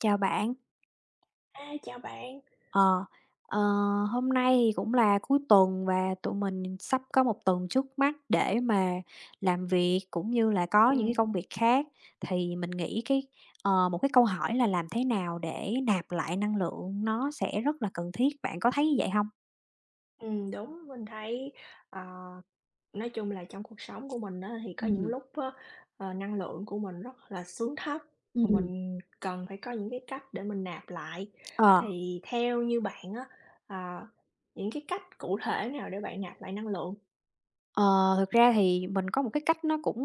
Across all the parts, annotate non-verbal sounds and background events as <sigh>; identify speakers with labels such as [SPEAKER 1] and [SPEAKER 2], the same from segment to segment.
[SPEAKER 1] Chào bạn.
[SPEAKER 2] Chào bạn.
[SPEAKER 1] Ờ, ờ, hôm nay thì cũng là cuối tuần và tụi mình sắp có một tuần trước mắt để mà làm việc cũng như là có những
[SPEAKER 2] Ừm,
[SPEAKER 1] cái công việc khác. Thì mình nghĩ cái một cái câu hỏi là làm thế nào để nạp lại năng lượng nó sẽ rất là cần thiết. Bạn có thấy như vậy không?
[SPEAKER 2] Đúng, mình thấy, ờ, nói chung là trong cuộc sống của mình á, thì có những
[SPEAKER 1] Ừm,
[SPEAKER 2] lúc á, năng lượng của mình rất là xuống thấp và
[SPEAKER 1] ừm.
[SPEAKER 2] mình cần phải có những cái cách để mình nạp lại.
[SPEAKER 1] Ờ,
[SPEAKER 2] Thì theo như bạn á, ờ, những cái cách cụ thể nào để bạn nạp lại năng lượng?
[SPEAKER 1] ờ, thực ra thì mình có một cái cách nó cũng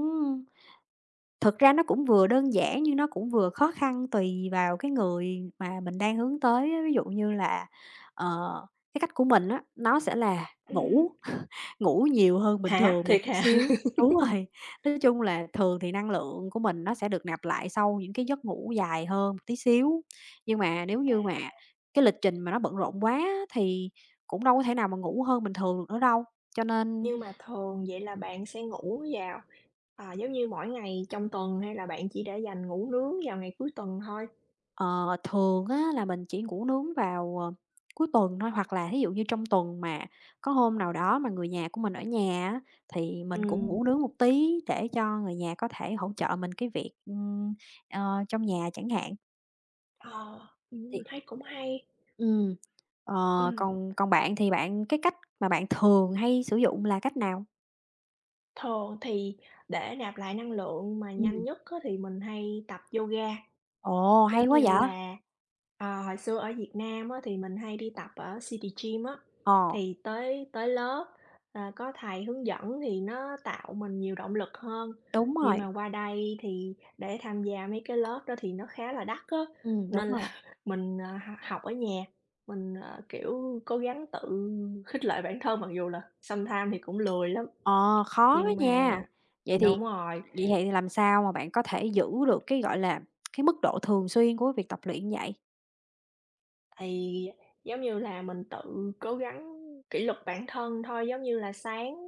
[SPEAKER 1] Thực ra nó cũng vừa đơn giản nhưng nó cũng vừa khó khăn tùy vào cái người mà mình đang hướng tới á. Ví dụ như là, ờ, cái cách của mình á, nó sẽ là
[SPEAKER 2] Ừm.
[SPEAKER 1] ngủ, <laughs> ngủ nhiều hơn bình
[SPEAKER 2] Hả?
[SPEAKER 1] thường một
[SPEAKER 2] Thiệt
[SPEAKER 1] tí
[SPEAKER 2] hả?
[SPEAKER 1] xíu.
[SPEAKER 2] <laughs>
[SPEAKER 1] Đúng rồi, nói chung là thường thì năng lượng của mình nó sẽ được nạp lại sau những cái giấc ngủ dài hơn một tí xíu. Nhưng mà nếu như mà cái lịch trình mà nó bận rộn quá á, thì cũng đâu có thể nào mà ngủ hơn bình thường được nữa đâu. Cho nên.
[SPEAKER 2] Nhưng mà thường vậy là bạn sẽ ngủ vào, giống như mỗi ngày trong tuần hay là bạn chỉ để dành ngủ nướng vào ngày cuối tuần thôi?
[SPEAKER 1] Ờ, thường á là mình chỉ ngủ nướng vào, cuối tuần thôi, hoặc là thí dụ như trong tuần mà có hôm nào đó mà người nhà của mình ở nhà á, thì mình cũng
[SPEAKER 2] Ừm.
[SPEAKER 1] ngủ nướng một tí để cho người nhà có thể hỗ trợ mình cái việc, trong nhà chẳng hạn,
[SPEAKER 2] Ờ, mình
[SPEAKER 1] thì
[SPEAKER 2] thấy cũng hay.
[SPEAKER 1] Ừm, ờ,
[SPEAKER 2] Ừm,
[SPEAKER 1] còn còn bạn thì bạn cái cách mà bạn thường hay sử dụng là cách nào?
[SPEAKER 2] Thường thì để nạp lại năng lượng mà nhanh
[SPEAKER 1] Ừm,
[SPEAKER 2] nhất á thì mình hay tập yoga.
[SPEAKER 1] ồ, hay
[SPEAKER 2] Giống
[SPEAKER 1] quá
[SPEAKER 2] như
[SPEAKER 1] vậy!
[SPEAKER 2] là, hồi xưa ở Việt Nam á, thì mình hay đi tập ở City Gym á,
[SPEAKER 1] Ờ,
[SPEAKER 2] thì tới tới lớp, có thầy hướng dẫn thì nó tạo mình nhiều động lực hơn.
[SPEAKER 1] đúng
[SPEAKER 2] Nhưng
[SPEAKER 1] rồi,
[SPEAKER 2] mà qua đây thì để tham gia mấy cái lớp đó thì nó khá là đắt á,
[SPEAKER 1] đúng
[SPEAKER 2] nên là
[SPEAKER 1] rồi.
[SPEAKER 2] <laughs> mình, học ở nhà, mình, kiểu, cố gắng tự khích lệ bản thân mặc dù là sometime thì cũng lười lắm,
[SPEAKER 1] Ờ, khó á
[SPEAKER 2] nhưng mà
[SPEAKER 1] nha. Vậy thì
[SPEAKER 2] đúng rồi.
[SPEAKER 1] làm sao mà bạn có thể giữ được cái, gọi là, cái mức độ thường xuyên của việc tập luyện vậy?
[SPEAKER 2] Thì giống như là mình tự cố gắng kỷ luật bản thân thôi, giống như là sáng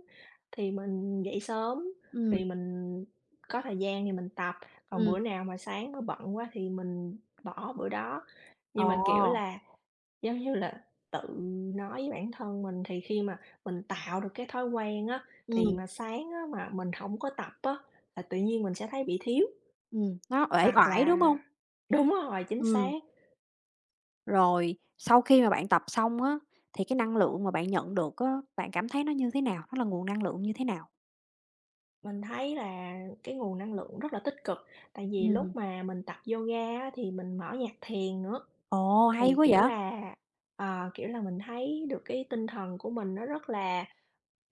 [SPEAKER 2] thì mình dậy sớm
[SPEAKER 1] Ừm,
[SPEAKER 2] thì mình có thời gian thì mình tập, còn
[SPEAKER 1] ừm,
[SPEAKER 2] bữa nào mà sáng nó bận quá thì mình bỏ bữa đó.
[SPEAKER 1] ồ,
[SPEAKER 2] Nhưng mà, kiểu là, giống như là, tự nói với bản thân mình thì khi mà mình tạo được cái thói quen á, thì
[SPEAKER 1] ừm,
[SPEAKER 2] mà sáng á mà mình không có tập á là tự nhiên mình sẽ thấy bị thiếu,
[SPEAKER 1] nó uể
[SPEAKER 2] hoặc
[SPEAKER 1] oải, đúng
[SPEAKER 2] là
[SPEAKER 1] hông?
[SPEAKER 2] đúng rồi, chính xác.
[SPEAKER 1] Ừm, rồi sau khi mà bạn tập xong á, thì cái năng lượng mà bạn nhận được á, bạn cảm thấy nó như thế nào? Nó là nguồn năng lượng như thế nào?
[SPEAKER 2] Mình thấy là cái nguồn năng lượng rất là tích cực, tại vì
[SPEAKER 1] Ừm,
[SPEAKER 2] lúc mà mình tập yoga á thì mình mở nhạc thiền nữa,
[SPEAKER 1] ồ, hay
[SPEAKER 2] thì,
[SPEAKER 1] quá
[SPEAKER 2] kiểu
[SPEAKER 1] vậy!
[SPEAKER 2] là, ờ, kiểu là, mình thấy được cái tinh thần của mình nó rất là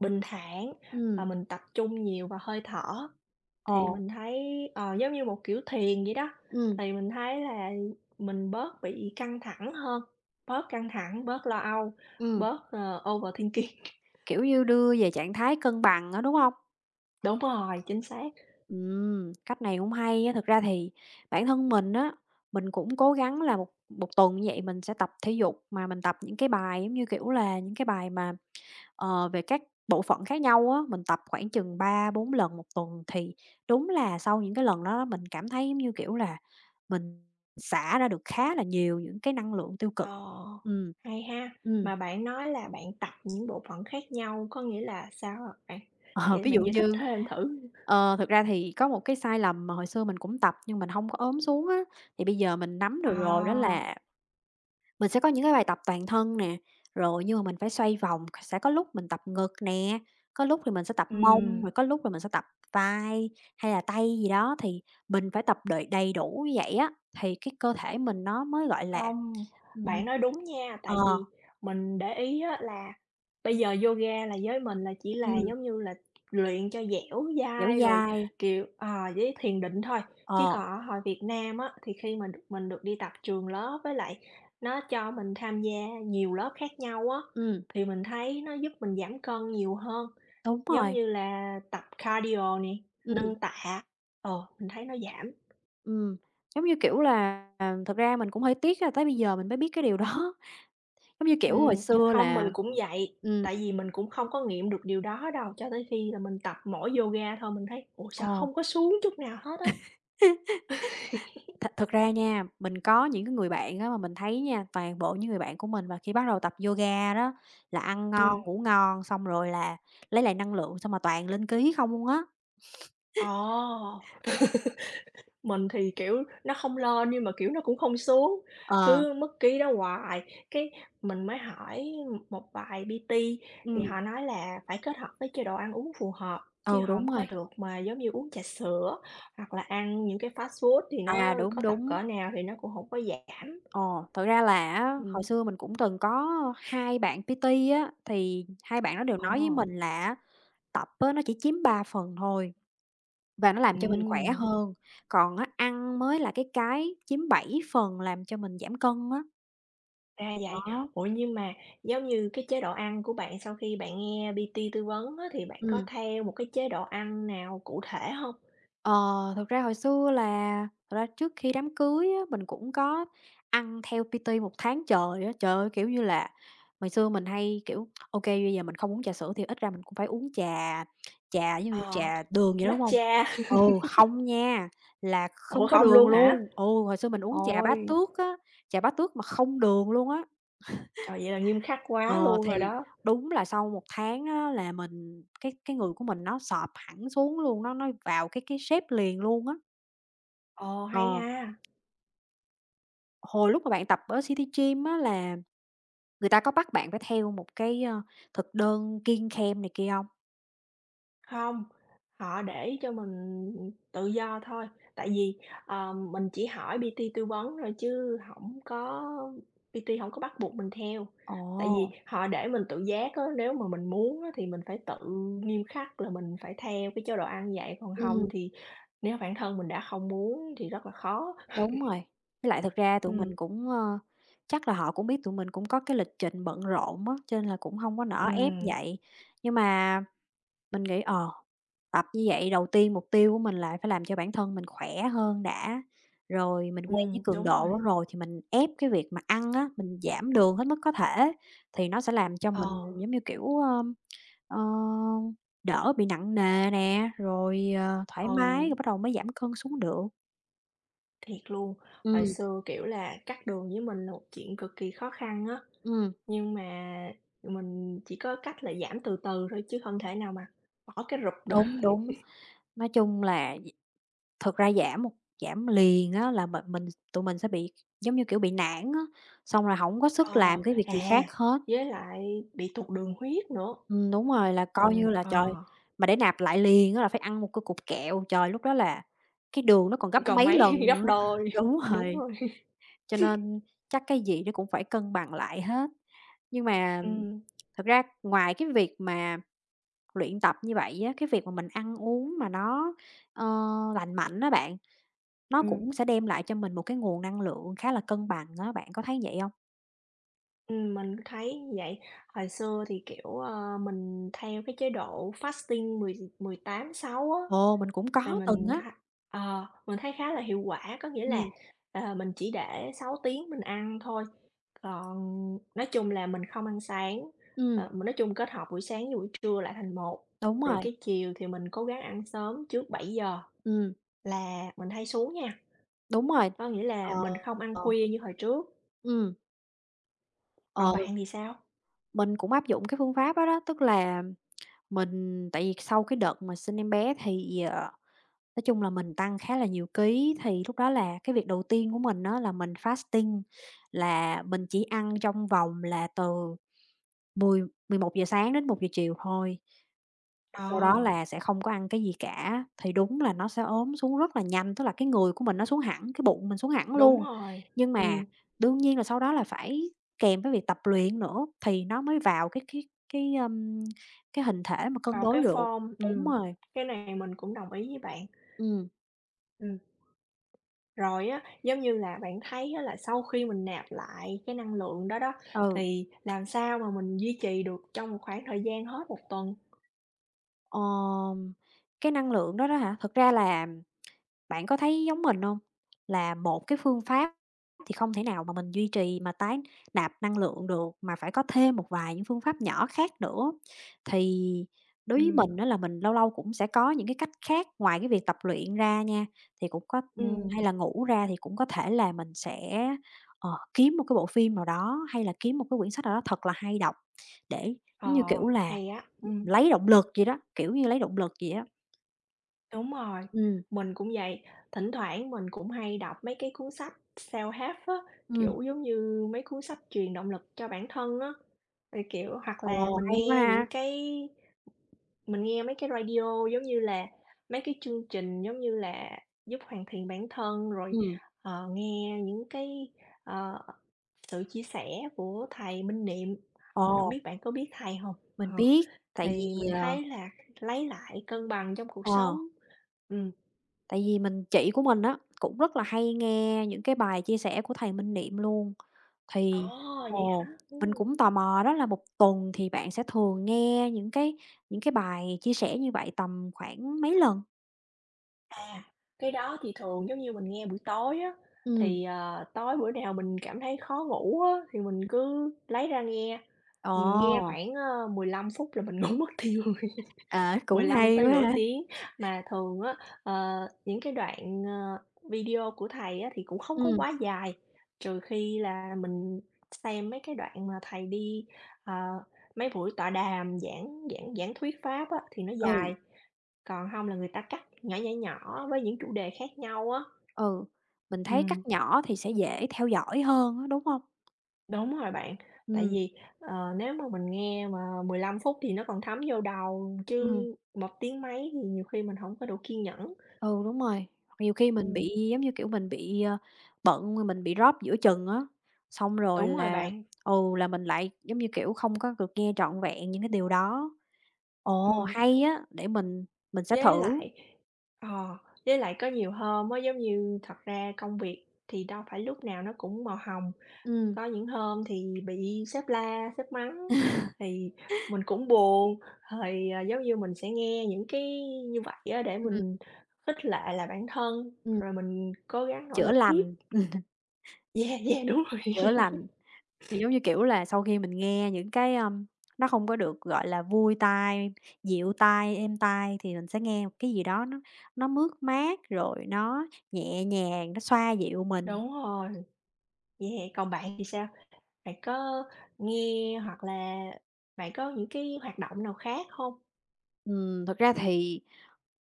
[SPEAKER 2] bình thản và
[SPEAKER 1] Ừm,
[SPEAKER 2] mình tập trung nhiều vào hơi thở.
[SPEAKER 1] ồ,
[SPEAKER 2] Thì mình thấy, giống như một kiểu thiền vậy đó,
[SPEAKER 1] ừm,
[SPEAKER 2] thì mình thấy là mình bớt bị căng thẳng hơn, bớt căng thẳng, bớt lo âu,
[SPEAKER 1] ừm,
[SPEAKER 2] bớt, overthinking.
[SPEAKER 1] kiểu như, đưa về trạng thái cân bằng á, đúng hông?
[SPEAKER 2] <laughs> Đúng rồi, chính xác.
[SPEAKER 1] Cách này cũng hay á. Thực ra thì bản thân mình á, mình cũng cố gắng là một một tuần như vậy mình sẽ tập thể dục, mà mình tập những cái bài, giống như kiểu là, những cái bài mà, về các bộ phận khác nhau á, mình tập khoảng chừng ba bốn lần một tuần. Thì đúng là sau những cái lần đó mình cảm thấy, giống như kiểu là, mình xả ra được khá là nhiều những cái năng lượng tiêu cực.
[SPEAKER 2] Ờ,
[SPEAKER 1] Ừm.
[SPEAKER 2] hay ha.
[SPEAKER 1] Ừm,
[SPEAKER 2] Mà bạn nói là bạn tập những bộ phận khác nhau, có nghĩa là sao hả bạn?
[SPEAKER 1] <laughs> ờ,
[SPEAKER 2] Vậy
[SPEAKER 1] ví dụ
[SPEAKER 2] bạn giải thích
[SPEAKER 1] như.
[SPEAKER 2] thêm thử.
[SPEAKER 1] Ờ, thực ra thì có một cái sai lầm mà hồi xưa mình cũng tập nhưng mình hông có ốm xuống á, thì bây giờ mình nắm được rồi đó
[SPEAKER 2] À,
[SPEAKER 1] là mình sẽ có những cái bài tập toàn thân nè, rồi nhưng mà mình phải xoay vòng, sẽ có lúc mình tập ngực nè, có lúc thì mình sẽ tập mông,
[SPEAKER 2] ừm,
[SPEAKER 1] rồi có lúc là mình sẽ tập vai hay là tay gì đó, thì mình phải tập đầy đầy đủ như vậy á, thì cái cơ thể mình nó mới, gọi là,
[SPEAKER 2] không,
[SPEAKER 1] ừm,
[SPEAKER 2] bạn nói đúng nha,
[SPEAKER 1] ờ,
[SPEAKER 2] tại vì mình để ý á là bây giờ yoga là với mình là chỉ là,
[SPEAKER 1] ừm,
[SPEAKER 2] giống như là, luyện cho dẻo
[SPEAKER 1] dẻo
[SPEAKER 2] dai rồi,
[SPEAKER 1] dai.
[SPEAKER 2] kiểu, với thiền định thôi. Chứ
[SPEAKER 1] Ờ,
[SPEAKER 2] còn ở hồi Việt Nam á, thì khi mà được mình được đi tập trường lớp với lại nó cho mình tham gia nhiều lớp khác nhau á,
[SPEAKER 1] ừm,
[SPEAKER 2] thì mình thấy nó giúp mình giảm cân nhiều hơn,
[SPEAKER 1] đúng
[SPEAKER 2] giống
[SPEAKER 1] rồi,
[SPEAKER 2] như là tập cardio nè,
[SPEAKER 1] ừm.
[SPEAKER 2] nâng tạ, mình thấy nó giảm.
[SPEAKER 1] Ừm, giống như, kiểu là, à, thật ra mình cũng hơi tiếc là tới bây giờ mình mới biết cái điều đó. <laughs> Giống như, kiểu, hồi xưa
[SPEAKER 2] Hông, mình
[SPEAKER 1] là
[SPEAKER 2] cũng vậy,
[SPEAKER 1] ừm,
[SPEAKER 2] tại vì mình cũng không có nghiệm được điều đó đâu, cho tới khi là mình tập mỗi yoga thôi mình thấy, ủa, sao
[SPEAKER 1] ồ,
[SPEAKER 2] không có xuống chút nào hết á.
[SPEAKER 1] thật ra nha, mình có những cái người bạn á mà mình thấy nha, toàn bộ những người bạn của mình mà khi bắt đầu tập yoga đó là ăn ngon,
[SPEAKER 2] Ừm,
[SPEAKER 1] ngủ ngon, xong rồi là lấy lại năng lượng, xong mà toàn lên ký không luôn á.
[SPEAKER 2] Ồ, mình thì, kiểu, nó không lên nhưng mà, kiểu, nó cũng không xuống,
[SPEAKER 1] Ờ,
[SPEAKER 2] cứ mất ký đó hoài. Cái mình mới hỏi một vài PT thì
[SPEAKER 1] ừm,
[SPEAKER 2] họ nói là phải kết hợp với chế độ ăn uống phù hợp, chứ
[SPEAKER 1] ừ, đúng
[SPEAKER 2] không có
[SPEAKER 1] rồi.
[SPEAKER 2] được mà giống như uống trà sữa hoặc là ăn những cái fast food thì
[SPEAKER 1] À,
[SPEAKER 2] nó
[SPEAKER 1] đúng,
[SPEAKER 2] có tập
[SPEAKER 1] đúng.
[SPEAKER 2] cỡ nào thì nó cũng không có giảm.
[SPEAKER 1] ờ thật ra là á, hồi
[SPEAKER 2] Ừm,
[SPEAKER 1] xưa mình cũng từng có 2 bạn PT á, thì hai bạn đó đều nói với
[SPEAKER 2] ờ.
[SPEAKER 1] mình là á Tập á, nó chỉ chiếm 3 phần thôi và nó làm cho mình khỏe
[SPEAKER 2] Ừm,
[SPEAKER 1] hơn, còn á, ăn mới là cái chiếm 7 phần làm cho mình giảm cân á.
[SPEAKER 2] Ra vậy.
[SPEAKER 1] Đó,
[SPEAKER 2] Ủa, nhưng mà giống như cái chế độ ăn của bạn sau khi bạn nghe PT tư vấn á, thì bạn có
[SPEAKER 1] ừm.
[SPEAKER 2] theo một cái chế độ ăn nào cụ thể hông?
[SPEAKER 1] Ờ, thực ra hồi xưa là thật ra trước khi đám cưới á, mình cũng có ăn theo PT một tháng trời á. Trời ơi, kiểu như là, hồi xưa mình hay, kiểu, ok bây giờ mình không uống trà sữa thì ít ra mình cũng phải uống trà trà giống như
[SPEAKER 2] Ờ,
[SPEAKER 1] trà đường vậy đó, đúng hông?
[SPEAKER 2] matcha.
[SPEAKER 1] Ừ, không nha, là
[SPEAKER 2] Ủa,
[SPEAKER 1] không có
[SPEAKER 2] không
[SPEAKER 1] đường
[SPEAKER 2] luôn hả?
[SPEAKER 1] luôn. Ừ, hồi xưa mình uống trà bá
[SPEAKER 2] Ôi,
[SPEAKER 1] tước á, trà bá tước mà không đường luôn á.
[SPEAKER 2] trời, vậy là nghiêm khắc quá
[SPEAKER 1] Ờ,
[SPEAKER 2] luôn
[SPEAKER 1] thì
[SPEAKER 2] rồi đó.
[SPEAKER 1] đúng là sau một tháng á là mình cái người của mình nó sọp hẳn xuống luôn, nó vào cái shape liền luôn á.
[SPEAKER 2] Ồ, hay
[SPEAKER 1] Ờ,
[SPEAKER 2] ha.
[SPEAKER 1] hồi lúc mà bạn tập ở City Gym á là người ta có bắt bạn phải theo một cái, ơ, thực đơn kiêng khem này kia hông?
[SPEAKER 2] Không, họ để cho mình tự do thôi, tại vì, mình chỉ hỏi PT tư vấn thôi chứ không có, PT không có bắt buộc mình theo.
[SPEAKER 1] Ồ,
[SPEAKER 2] Tại vì họ để mình tự giác á, nếu mà mình muốn á thì mình phải tự nghiêm khắc là mình phải theo cái chế độ ăn như vậy, còn không
[SPEAKER 1] ừm,
[SPEAKER 2] thì nếu bản thân mình đã không muốn thì rất là khó.
[SPEAKER 1] đúng rồi. Với lại thực ra tụi
[SPEAKER 2] Ừm,
[SPEAKER 1] mình cũng, ơ, chắc là họ cũng biết tụi mình cũng có cái lịch trình bận rộn á, cho nên là cũng hông có nỡ ép
[SPEAKER 2] ừm,
[SPEAKER 1] vậy. Nhưng mà mình nghĩ, Tập như vậy đầu tiên mục tiêu của mình là phải làm cho bản thân mình khỏe hơn đã, rồi mình quen với cường
[SPEAKER 2] đúng
[SPEAKER 1] độ
[SPEAKER 2] rồi.
[SPEAKER 1] đó rồi thì mình ép cái việc mà ăn á, mình giảm đường hết mức có thể thì nó sẽ làm cho mình,
[SPEAKER 2] Ờ,
[SPEAKER 1] giống như kiểu, ờ, đỡ bị nặng nề nè, rồi, thoải mái,
[SPEAKER 2] ừ,
[SPEAKER 1] rồi bắt đầu mới giảm cân xuống được.
[SPEAKER 2] thiệt luôn. Hồi
[SPEAKER 1] Ừm,
[SPEAKER 2] xưa, kiểu là, cắt đường với mình là một chuyện cực kỳ khó khăn á,
[SPEAKER 1] ừm,
[SPEAKER 2] nhưng mà mình chỉ có cách là giảm từ từ thôi chứ không thể nào mà bỏ cái rụp được.
[SPEAKER 1] đúng,
[SPEAKER 2] <laughs>
[SPEAKER 1] đúng. Nói chung là thực ra giảm liền á là mình tụi mình sẽ bị, giống như kiểu, bị nản á, xong rồi không có sức
[SPEAKER 2] Ờ,
[SPEAKER 1] làm cái việc gì khác
[SPEAKER 2] à,
[SPEAKER 1] hết.
[SPEAKER 2] với lại bị tụt đường huyết nữa,
[SPEAKER 1] Đúng rồi, là coi
[SPEAKER 2] mình
[SPEAKER 1] như là trời,
[SPEAKER 2] ờ,
[SPEAKER 1] mà để nạp lại liền á là phải ăn một cái cục kẹo, trời, lúc đó là cái đường nó còn gấp
[SPEAKER 2] còn
[SPEAKER 1] mấy lần
[SPEAKER 2] mấy <laughs> gấp
[SPEAKER 1] nữa.
[SPEAKER 2] đôi,
[SPEAKER 1] <laughs> Đúng
[SPEAKER 2] đúng
[SPEAKER 1] rồi,
[SPEAKER 2] rồi,
[SPEAKER 1] cho nên chắc cái gì nó cũng phải cân bằng lại hết. Nhưng mà
[SPEAKER 2] ừm,
[SPEAKER 1] thật ra ngoài cái việc mà luyện tập như vậy á, cái việc mà mình ăn uống mà nó, ờ, lành mạnh đó bạn, nó
[SPEAKER 2] ừm.
[SPEAKER 1] cũng sẽ đem lại cho mình một cái nguồn năng lượng khá là cân bằng đó bạn có thấy vậy không?
[SPEAKER 2] Mình thấy như vậy. Hồi xưa thì, kiểu, mình theo cái chế độ fasting mười mười tám sáu á,
[SPEAKER 1] Ồ, mình cũng
[SPEAKER 2] thì
[SPEAKER 1] có từng
[SPEAKER 2] mình
[SPEAKER 1] á.
[SPEAKER 2] tha mình thấy khá là hiệu quả. Có nghĩa là,
[SPEAKER 1] Ừm,
[SPEAKER 2] mình chỉ để 6 tiếng mình ăn thôi, còn nói chung là mình không ăn sáng,
[SPEAKER 1] ừm,
[SPEAKER 2] mình nói chung kết hợp buổi sáng với buổi trưa lại thành một,
[SPEAKER 1] đúng
[SPEAKER 2] rồi
[SPEAKER 1] rồi,
[SPEAKER 2] cái chiều thì mình cố gắng ăn sớm trước 7 giờ
[SPEAKER 1] ừm,
[SPEAKER 2] là mình hay xuống nha.
[SPEAKER 1] đúng rồi.
[SPEAKER 2] Có nghĩa là mình không ăn
[SPEAKER 1] Ờ.
[SPEAKER 2] khuya như hồi trước,
[SPEAKER 1] Ừm,
[SPEAKER 2] còn
[SPEAKER 1] ờ,
[SPEAKER 2] bạn thì sao?
[SPEAKER 1] mình cũng áp dụng cái phương pháp đó đó, tức là mình tại vì sau cái đợt mà sinh em bé thì, nói chung là mình tăng khá là nhiều ký, thì lúc đó là cái việc đầu tiên của mình á là mình fasting, là mình chỉ ăn trong vòng là từ 10-11 giờ sáng đến 1 giờ chiều thôi. Sau đó
[SPEAKER 2] Ờ.
[SPEAKER 1] là sẽ không có ăn cái gì cả, thì đúng là nó sẽ ốm xuống rất là nhanh, tức là cái người của mình nó xuống hẳn, cái bụng mình xuống hẳn
[SPEAKER 2] Đúng
[SPEAKER 1] luôn.
[SPEAKER 2] rồi,
[SPEAKER 1] Nhưng mà
[SPEAKER 2] ừm,
[SPEAKER 1] đương nhiên là sau đó là phải kèm với việc tập luyện nữa thì nó mới vào cái, ưm, cái hình thể mà cân
[SPEAKER 2] vào cái
[SPEAKER 1] đối được.
[SPEAKER 2] form,
[SPEAKER 1] Đúng rồi,
[SPEAKER 2] cái này mình cũng đồng ý với bạn.
[SPEAKER 1] ừm,
[SPEAKER 2] Ừm, Rồi á, giống như là, bạn thấy á là sau khi mình nạp lại cái năng lượng đó đó,
[SPEAKER 1] ừ,
[SPEAKER 2] thì làm sao mà mình duy trì được trong một khoảng thời gian hết một tuần?
[SPEAKER 1] ờm, cái năng lượng đó đó hả? Thực ra là Bạn có thấy giống mình không? Là một cái phương pháp thì không thể nào mà mình duy trì mà tái nạp năng lượng được, mà phải có thêm một vài những phương pháp nhỏ khác nữa. Thì đối với
[SPEAKER 2] Ừm,
[SPEAKER 1] mình đó là mình lâu lâu cũng sẽ có những cái cách khác ngoài cái việc tập luyện ra nha, thì cũng có
[SPEAKER 2] ừm,
[SPEAKER 1] hay là ngủ ra thì cũng có thể là mình sẽ, kiếm một cái bộ phim nào đó, hay là kiếm một cái quyển sách nào đó thật là hay đọc để, giống như
[SPEAKER 2] ờ,
[SPEAKER 1] kiểu là,
[SPEAKER 2] hay á.
[SPEAKER 1] lấy động lực gì đó, kiểu như, lấy động lực gì á.
[SPEAKER 2] Đúng rồi,
[SPEAKER 1] Ừm,
[SPEAKER 2] mình cũng vậy, thỉnh thoảng mình cũng hay đọc mấy cái cuốn sách self-help á,
[SPEAKER 1] ừm.
[SPEAKER 2] kiểu, giống như mấy cuốn sách truyền động lực cho bản thân á. Thì, kiểu, hoặc là
[SPEAKER 1] Ồ,
[SPEAKER 2] mình
[SPEAKER 1] hay quá
[SPEAKER 2] nghe những
[SPEAKER 1] ha!
[SPEAKER 2] cái, mình nghe mấy cái radio, giống như là, mấy cái chương trình, giống như là, giúp hoàn thiện bản thân, rồi,
[SPEAKER 1] Ừm.
[SPEAKER 2] nghe những cái, ờ, sự chia sẻ của thầy Minh Niệm, mình hổng
[SPEAKER 1] Ồ,
[SPEAKER 2] biết bạn có biết thầy không?
[SPEAKER 1] mình
[SPEAKER 2] Ờ,
[SPEAKER 1] biết, tại
[SPEAKER 2] thì
[SPEAKER 1] vì,
[SPEAKER 2] mình thấy là lấy lại cân bằng trong cuộc
[SPEAKER 1] ờ,
[SPEAKER 2] sống. Ừ.
[SPEAKER 1] tại vì mình chị của mình á, cũng rất là hay nghe những cái bài chia sẻ của thầy Minh Niệm luôn. Thì
[SPEAKER 2] Ồ, vậy
[SPEAKER 1] ồ,
[SPEAKER 2] hả?
[SPEAKER 1] mình
[SPEAKER 2] Ừm.
[SPEAKER 1] cũng tò mò đó là một tuần thì bạn sẽ thường nghe những cái bài chia sẻ như vậy tầm khoảng mấy lần?
[SPEAKER 2] À, cái đó thì thường giống như mình nghe buổi tối á,
[SPEAKER 1] Ừm,
[SPEAKER 2] thì, tối bữa nào mình cảm thấy khó ngủ á, thì mình cứ lấy ra nghe, mình nghe
[SPEAKER 1] ồ,
[SPEAKER 2] khoảng, 15 phút là mình <laughs> ngủ mất tiêu.
[SPEAKER 1] à, cũng
[SPEAKER 2] 15
[SPEAKER 1] hay
[SPEAKER 2] tới
[SPEAKER 1] quá
[SPEAKER 2] nửa
[SPEAKER 1] ha.
[SPEAKER 2] tiếng, mà thường á, những cái đoạn, video của thầy á thì cũng không có
[SPEAKER 1] Ừm,
[SPEAKER 2] quá dài, trừ khi là mình xem mấy cái đoạn mà thầy đi, ờ, mấy buổi tọa đàm, giảng giảng giảng thuyết pháp á thì nó
[SPEAKER 1] ừ,
[SPEAKER 2] dài, còn không là người ta cắt nhỏ, nhỏ, nhỏ với những chủ đề khác nhau á.
[SPEAKER 1] ừ, mình thấy
[SPEAKER 2] Ừm,
[SPEAKER 1] cắt nhỏ thì sẽ dễ theo dõi hơn á, đúng không?
[SPEAKER 2] Đúng rồi bạn, tại
[SPEAKER 1] Ừm,
[SPEAKER 2] vì, nếu mà mình nghe mà 15 phút thì nó còn thấm vô đầu, chứ
[SPEAKER 1] ừm.
[SPEAKER 2] một tiếng mấy thì nhiều khi mình không có đủ kiên nhẫn.
[SPEAKER 1] Ừ, đúng rồi. Nhiều khi mình
[SPEAKER 2] Ừm.
[SPEAKER 1] bị, giống như kiểu, mình bị, bận, rồi mình bị drop giữa chừng á, xong rồi
[SPEAKER 2] Đúng rồi
[SPEAKER 1] là
[SPEAKER 2] bạn,
[SPEAKER 1] ừ, là mình lại, giống như kiểu, không có được nghe trọn vẹn những cái điều đó. Ồ,
[SPEAKER 2] ừm,
[SPEAKER 1] hay á, để mình sẽ
[SPEAKER 2] với
[SPEAKER 1] thử.
[SPEAKER 2] lại ờ, với lại có nhiều hôm á, giống như, thật ra công việc thì đâu phải lúc nào nó cũng màu hồng,
[SPEAKER 1] Ừm,
[SPEAKER 2] có những hôm thì bị sếp la, sếp mắng thì mình cũng buồn, thì, à, giống như, mình sẽ nghe những cái như vậy á để
[SPEAKER 1] ừm,
[SPEAKER 2] mình khích lệ lại bản thân,
[SPEAKER 1] ừm,
[SPEAKER 2] rồi mình cố gắng nỗ
[SPEAKER 1] chữa
[SPEAKER 2] lực tiếp.
[SPEAKER 1] lành,
[SPEAKER 2] <laughs>
[SPEAKER 1] <laughs>
[SPEAKER 2] Yeah, yeah, đúng rồi.
[SPEAKER 1] chữa
[SPEAKER 2] <laughs>
[SPEAKER 1] lành. Thì giống như kiểu là sau khi mình nghe những cái, nó không có được, gọi là, vui tai, dịu tai, êm tai thì mình sẽ nghe một cái gì đó nó mướt mát, rồi nó nhẹ nhàng, nó xoa dịu mình.
[SPEAKER 2] Đúng rồi, yeah, còn bạn thì sao? Bạn có nghe hoặc là bạn có những cái hoạt động nào khác không?
[SPEAKER 1] Ừm, thực ra thì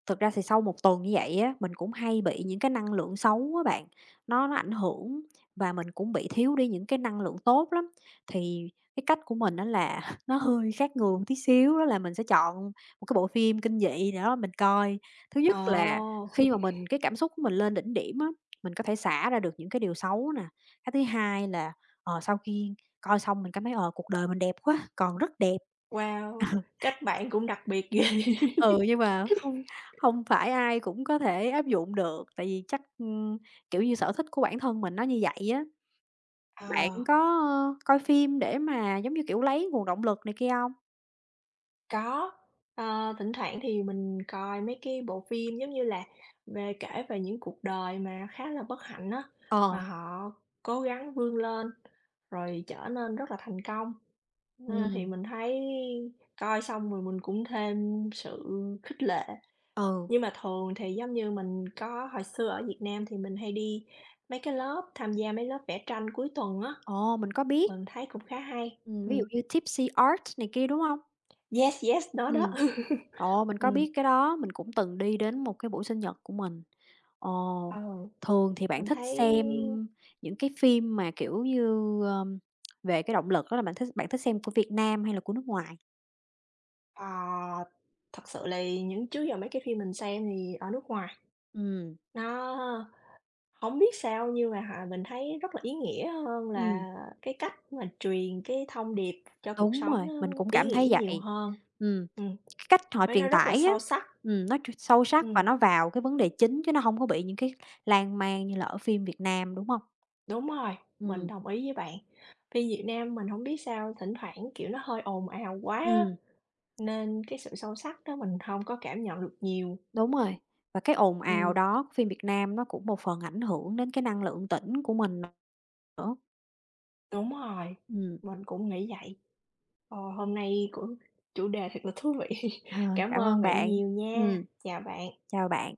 [SPEAKER 1] thực ra thì sau một tuần như vậy á, mình cũng hay bị những cái năng lượng xấu á bạn, nó ảnh hưởng và mình cũng bị thiếu đi những cái năng lượng tốt lắm. Thì cái cách của mình đó là <laughs> nó hơi khác người một tí xíu, đó là mình sẽ chọn một cái bộ phim kinh dị đó mình coi. Thứ nhất là
[SPEAKER 2] Ồ,
[SPEAKER 1] khi mà mình cái cảm xúc của mình lên đỉnh điểm á, mình có thể xả ra được những cái điều xấu nè. Cái thứ hai là, sau khi coi xong mình cảm thấy, cuộc đời mình đẹp quá, còn rất đẹp.
[SPEAKER 2] wow!
[SPEAKER 1] <laughs>
[SPEAKER 2] Kết bạn cũng đặc biệt ghê. <laughs>
[SPEAKER 1] Ừ, nhưng mà không không phải ai cũng có thể áp dụng được, tại vì chắc, kiểu như, sở thích của bản thân mình nó như vậy á. Bạn
[SPEAKER 2] Ờ,
[SPEAKER 1] có, ơ, coi phim để mà, giống như kiểu, lấy nguồn động lực này kia hông?
[SPEAKER 2] có, thỉnh thoảng thì mình coi mấy cái bộ phim giống như là về kể về những cuộc đời mà khá là bất hạnh á, mà
[SPEAKER 1] Ờ,
[SPEAKER 2] họ cố gắng vươn lên rồi trở nên rất là thành công. Ơ, thì
[SPEAKER 1] ừm,
[SPEAKER 2] mình thấy coi xong rồi mình cũng thêm sự khích lệ.
[SPEAKER 1] ừ,
[SPEAKER 2] Nhưng mà thường thì giống như mình có hồi xưa ở Việt Nam thì mình hay đi mấy cái lớp tham gia mấy lớp vẽ tranh cuối tuần á.
[SPEAKER 1] ồ, mình có biết.
[SPEAKER 2] Mình thấy cũng khá hay.
[SPEAKER 1] Ví dụ
[SPEAKER 2] Ừm,
[SPEAKER 1] như Tipsy Art này kia, đúng hông?
[SPEAKER 2] yes, yes, nó đó.
[SPEAKER 1] Ừm,
[SPEAKER 2] <laughs>
[SPEAKER 1] ồ, mình có
[SPEAKER 2] Ừm,
[SPEAKER 1] biết cái đó, mình cũng từng đi đến một cái buổi sinh nhật của mình. Ồ,
[SPEAKER 2] ờ,
[SPEAKER 1] thường thì bạn
[SPEAKER 2] mình
[SPEAKER 1] thích
[SPEAKER 2] thấy,
[SPEAKER 1] xem những cái phim mà, kiểu như, ờm, về cái động lực đó là bạn thích xem của Việt Nam hay là của nước ngoài?
[SPEAKER 2] ờ, thật sự là những trước giờ mấy cái phim mình xem thì ở nước ngoài,
[SPEAKER 1] Ừm,
[SPEAKER 2] nó không biết sao nhưng mà h mình thấy rất là ý nghĩa hơn
[SPEAKER 1] ừm,
[SPEAKER 2] là cái cách mà truyền cái thông điệp cho cuộc
[SPEAKER 1] đúng
[SPEAKER 2] sống
[SPEAKER 1] rồi, mình
[SPEAKER 2] nó
[SPEAKER 1] cũng
[SPEAKER 2] ý
[SPEAKER 1] cảm thấy
[SPEAKER 2] nghĩa nhiều
[SPEAKER 1] vậy.
[SPEAKER 2] hơn.
[SPEAKER 1] Ừm,
[SPEAKER 2] Ừm,
[SPEAKER 1] cái cách họ
[SPEAKER 2] với nó
[SPEAKER 1] truyền
[SPEAKER 2] rất là
[SPEAKER 1] tải á,
[SPEAKER 2] sâu sắc.
[SPEAKER 1] nó sâu sắc và
[SPEAKER 2] Ừm,
[SPEAKER 1] nó vào cái vấn đề chính chứ nó không có bị những cái lan man như là ở phim Việt Nam, đúng không?
[SPEAKER 2] Đúng rồi, mình
[SPEAKER 1] Ừm,
[SPEAKER 2] đồng ý với bạn. Phim Việt Nam mình không biết sao thỉnh thoảng, kiểu, nó hơi ồn ào quá á.
[SPEAKER 1] ừm,
[SPEAKER 2] Nên cái sự sâu sắc đó mình không có cảm nhận được nhiều.
[SPEAKER 1] đúng rồi. Và cái ồn ào
[SPEAKER 2] Ừm,
[SPEAKER 1] đó của phim Việt Nam nó cũng một phần ảnh hưởng đến cái năng lượng tĩnh của mình nữa.
[SPEAKER 2] Đúng rồi,
[SPEAKER 1] Ừm.
[SPEAKER 2] mình cũng nghĩ vậy. Ờ, hôm nay cũng chủ đề thật là thú vị. <laughs>
[SPEAKER 1] Ờ,
[SPEAKER 2] Cảm
[SPEAKER 1] cảm
[SPEAKER 2] ơn
[SPEAKER 1] ơn
[SPEAKER 2] bạn
[SPEAKER 1] bạn.
[SPEAKER 2] nhiều nha.
[SPEAKER 1] Ừm,
[SPEAKER 2] Chào bạn.
[SPEAKER 1] chào bạn.